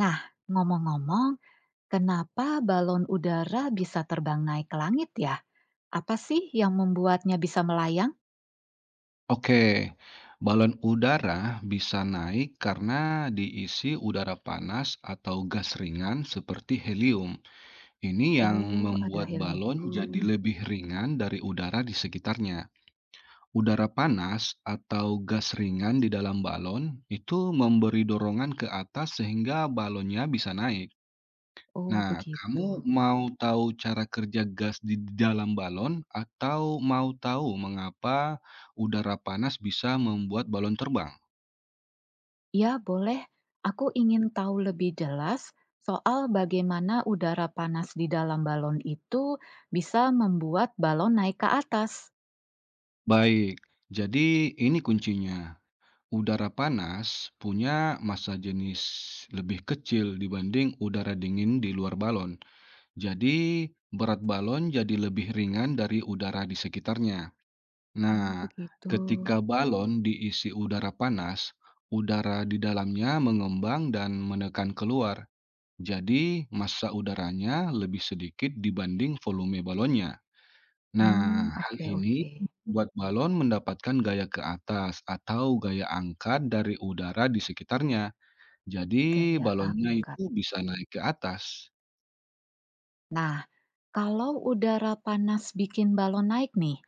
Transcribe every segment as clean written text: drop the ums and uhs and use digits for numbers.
Nah, ngomong-ngomong, kenapa balon udara bisa terbang naik ke langit ya? Apa sih yang membuatnya bisa melayang? Oke, balon udara bisa naik karena diisi udara panas atau gas ringan seperti helium. Ini yang Oh, ada membuat balon jadi helium. lebih ringan dari udara di sekitarnya. Udara panas atau gas ringan di dalam balon itu memberi dorongan ke atas sehingga balonnya bisa naik. Oh, Nah, begitu. kamu mau tahu cara kerja gas di dalam balon atau mau tahu mengapa udara panas bisa membuat balon terbang? Ya, boleh. Aku ingin tahu lebih jelas soal bagaimana udara panas di dalam balon itu bisa membuat balon naik ke atas. Baik, jadi ini kuncinya. Udara panas punya massa jenis lebih kecil dibanding udara dingin di luar balon. Jadi, berat balon jadi lebih ringan dari udara di sekitarnya. Oh, Nah, begitu. ketika balon diisi udara panas, udara di dalamnya mengembang dan menekan keluar. Jadi, massa udaranya lebih sedikit dibanding volume balonnya. Nah, Hmm, hal oke, ini oke. membuat balon mendapatkan gaya ke atas atau gaya angkat dari udara di sekitarnya. Jadi, Gaya balonnya angkat. itu bisa naik ke atas. Nah, kalau udara panas bikin balon naik nih,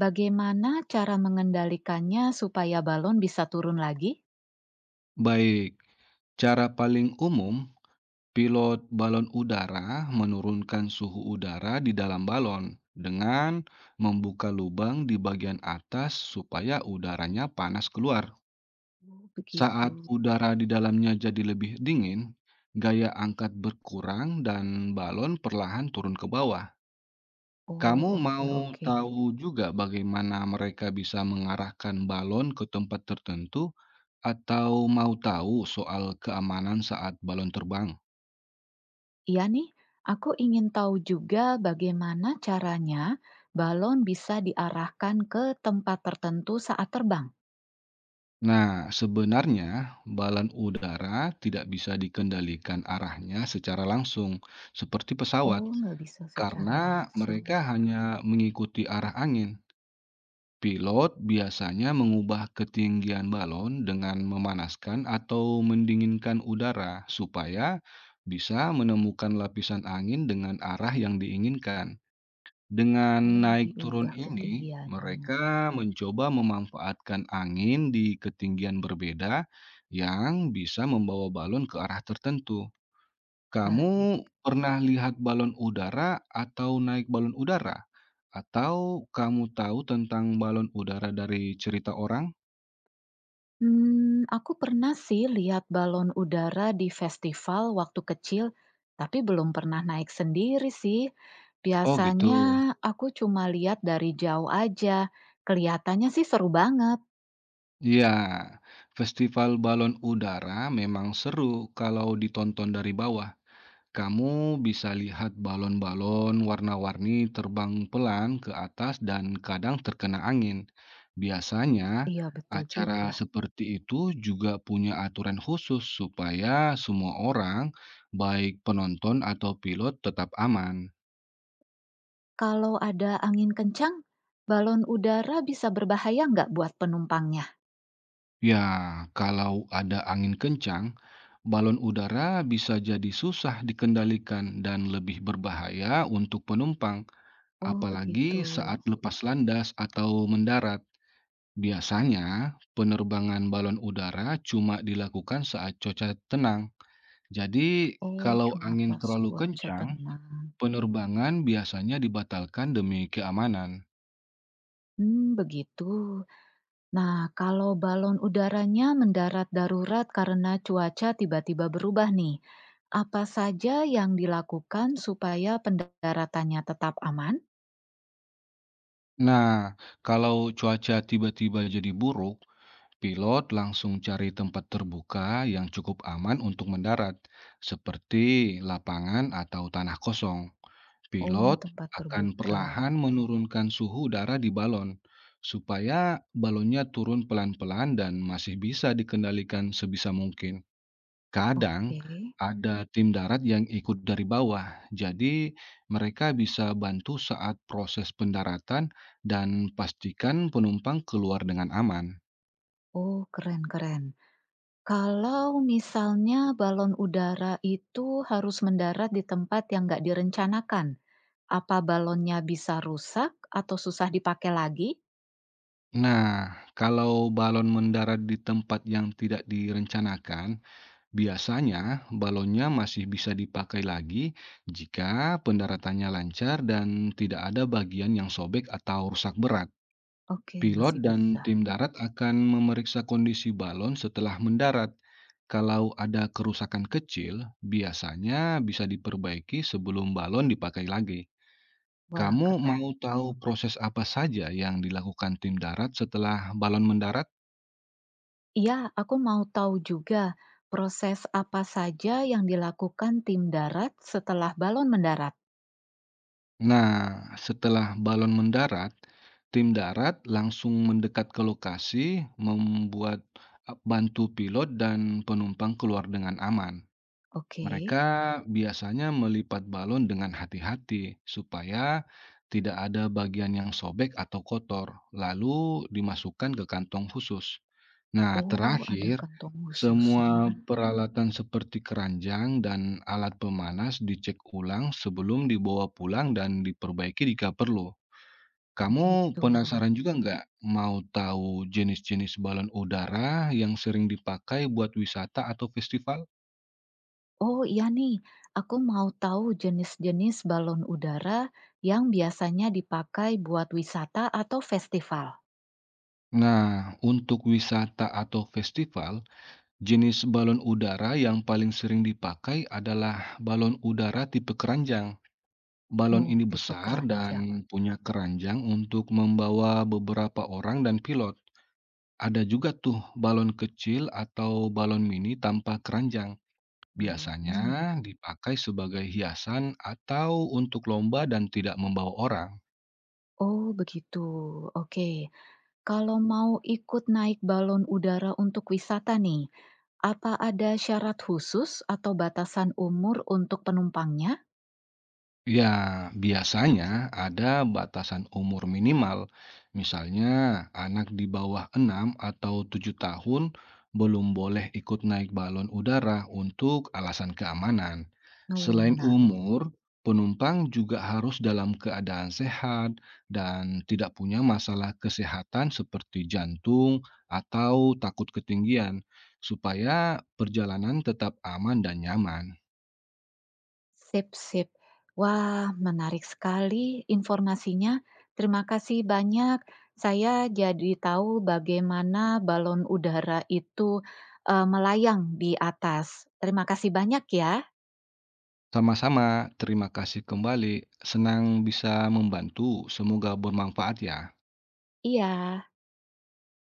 bagaimana cara mengendalikannya supaya balon bisa turun lagi? Baik, cara paling umum pilot balon udara menurunkan suhu udara di dalam balon dengan membuka lubang di bagian atas supaya udaranya panas keluar. Oh, begitu. Saat udara di dalamnya jadi lebih dingin, gaya angkat berkurang dan balon perlahan turun ke bawah. Oh, Kamu oke, mau oke. tahu juga bagaimana mereka bisa mengarahkan balon ke tempat tertentu atau mau tahu soal keamanan saat balon terbang? Iya nih, aku ingin tahu juga bagaimana caranya balon bisa diarahkan ke tempat tertentu saat terbang. Nah, sebenarnya balon udara tidak bisa dikendalikan arahnya secara langsung, seperti pesawat, Oh, nggak bisa secara karena langsung. mereka hanya mengikuti arah angin. Pilot biasanya mengubah ketinggian balon dengan memanaskan atau mendinginkan udara supaya bisa menemukan lapisan angin dengan arah yang diinginkan. Dengan Oh, naik turun diubah ini, ketinggiannya. mereka mencoba memanfaatkan angin di ketinggian berbeda yang bisa membawa balon ke arah tertentu. Kamu Baik. pernah lihat balon udara atau naik balon udara? Atau kamu tahu tentang balon udara dari cerita orang? Hmm, aku pernah sih lihat balon udara di festival waktu kecil, tapi belum pernah naik sendiri sih. Oh gitu. Biasanya aku cuma lihat dari jauh aja. Kelihatannya sih seru banget. Ya, festival balon udara memang seru kalau ditonton dari bawah. Kamu bisa lihat balon-balon warna-warni terbang pelan ke atas dan kadang terkena angin. Biasanya, Iya, betul acara juga. seperti itu juga punya aturan khusus supaya semua orang, baik penonton atau pilot, tetap aman. Kalau ada angin kencang, balon udara bisa berbahaya nggak buat penumpangnya? Ya, kalau ada angin kencang, balon udara bisa jadi susah dikendalikan dan lebih berbahaya untuk penumpang, Oh, apalagi begitu. saat lepas landas atau mendarat. Biasanya, penerbangan balon udara cuma dilakukan saat cuaca tenang. Jadi, Oh, kalau cuma angin pas terlalu cuaca kencang, tenang. penerbangan biasanya dibatalkan demi keamanan. Hmm, begitu. Nah, kalau balon udaranya mendarat darurat karena cuaca tiba-tiba berubah nih, apa saja yang dilakukan supaya pendaratannya tetap aman? Nah, kalau cuaca tiba-tiba jadi buruk, pilot langsung cari tempat terbuka yang cukup aman untuk mendarat, seperti lapangan atau tanah kosong. Oh, Pilot tempat akan terbuka. perlahan menurunkan suhu udara di balon, supaya balonnya turun pelan-pelan dan masih bisa dikendalikan sebisa mungkin. Kadang Oke. ada tim darat yang ikut dari bawah, jadi mereka bisa bantu saat proses pendaratan dan pastikan penumpang keluar dengan aman. Oh, keren-keren. Kalau misalnya balon udara itu harus mendarat di tempat yang nggak direncanakan, apa balonnya bisa rusak atau susah dipakai lagi? Nah, kalau balon mendarat di tempat yang tidak direncanakan, biasanya balonnya masih bisa dipakai lagi jika pendaratannya lancar dan tidak ada bagian yang sobek atau rusak berat. Oke, Pilot masih dan bisa. tim darat akan memeriksa kondisi balon setelah mendarat. Kalau ada kerusakan kecil, biasanya bisa diperbaiki sebelum balon dipakai lagi. Wah, Kamu keren. mau tahu proses apa saja yang dilakukan tim darat setelah balon mendarat? Iya, aku mau tahu juga proses apa saja yang dilakukan tim darat setelah balon mendarat. Nah, setelah balon mendarat, tim darat langsung mendekat ke lokasi, bantu pilot dan penumpang keluar dengan aman. Oke. Mereka biasanya melipat balon dengan hati-hati supaya tidak ada bagian yang sobek atau kotor, lalu dimasukkan ke kantong khusus. Nah, Oh, ada terakhir, kantong khususnya. semua peralatan seperti keranjang dan alat pemanas dicek ulang sebelum dibawa pulang dan diperbaiki jika perlu. Kamu Begitu. penasaran juga nggak mau tahu jenis-jenis balon udara yang sering dipakai buat wisata atau festival? Oh iya nih, aku mau tahu jenis-jenis balon udara yang biasanya dipakai buat wisata atau festival. Nah, untuk wisata atau festival, jenis balon udara yang paling sering dipakai adalah balon udara tipe keranjang. Balon Oh, ini tipe besar dan keranjang, punya keranjang untuk membawa beberapa orang dan pilot. Ada juga tuh balon kecil atau balon mini tanpa keranjang. balon Biasanya mini. dipakai sebagai hiasan atau untuk lomba dan tidak membawa orang. Oh, begitu. Oke. Kalau mau ikut naik balon udara untuk wisata nih, apa ada syarat khusus atau batasan umur untuk penumpangnya? Ya, biasanya ada batasan umur minimal. Misalnya, anak di bawah 6 atau 7 tahun belum boleh ikut naik balon udara untuk alasan keamanan. Oh, Selain menarik. umur, penumpang juga harus dalam keadaan sehat dan tidak punya masalah kesehatan seperti jantung atau takut ketinggian, supaya perjalanan tetap aman dan nyaman. Sip, sip. Wah, menarik sekali informasinya. Terima kasih banyak. Saya jadi tahu bagaimana balon udara itu melayang di atas. Terima kasih banyak ya. Sama-sama, terima kasih kembali. Senang bisa membantu. Semoga bermanfaat ya. Iya.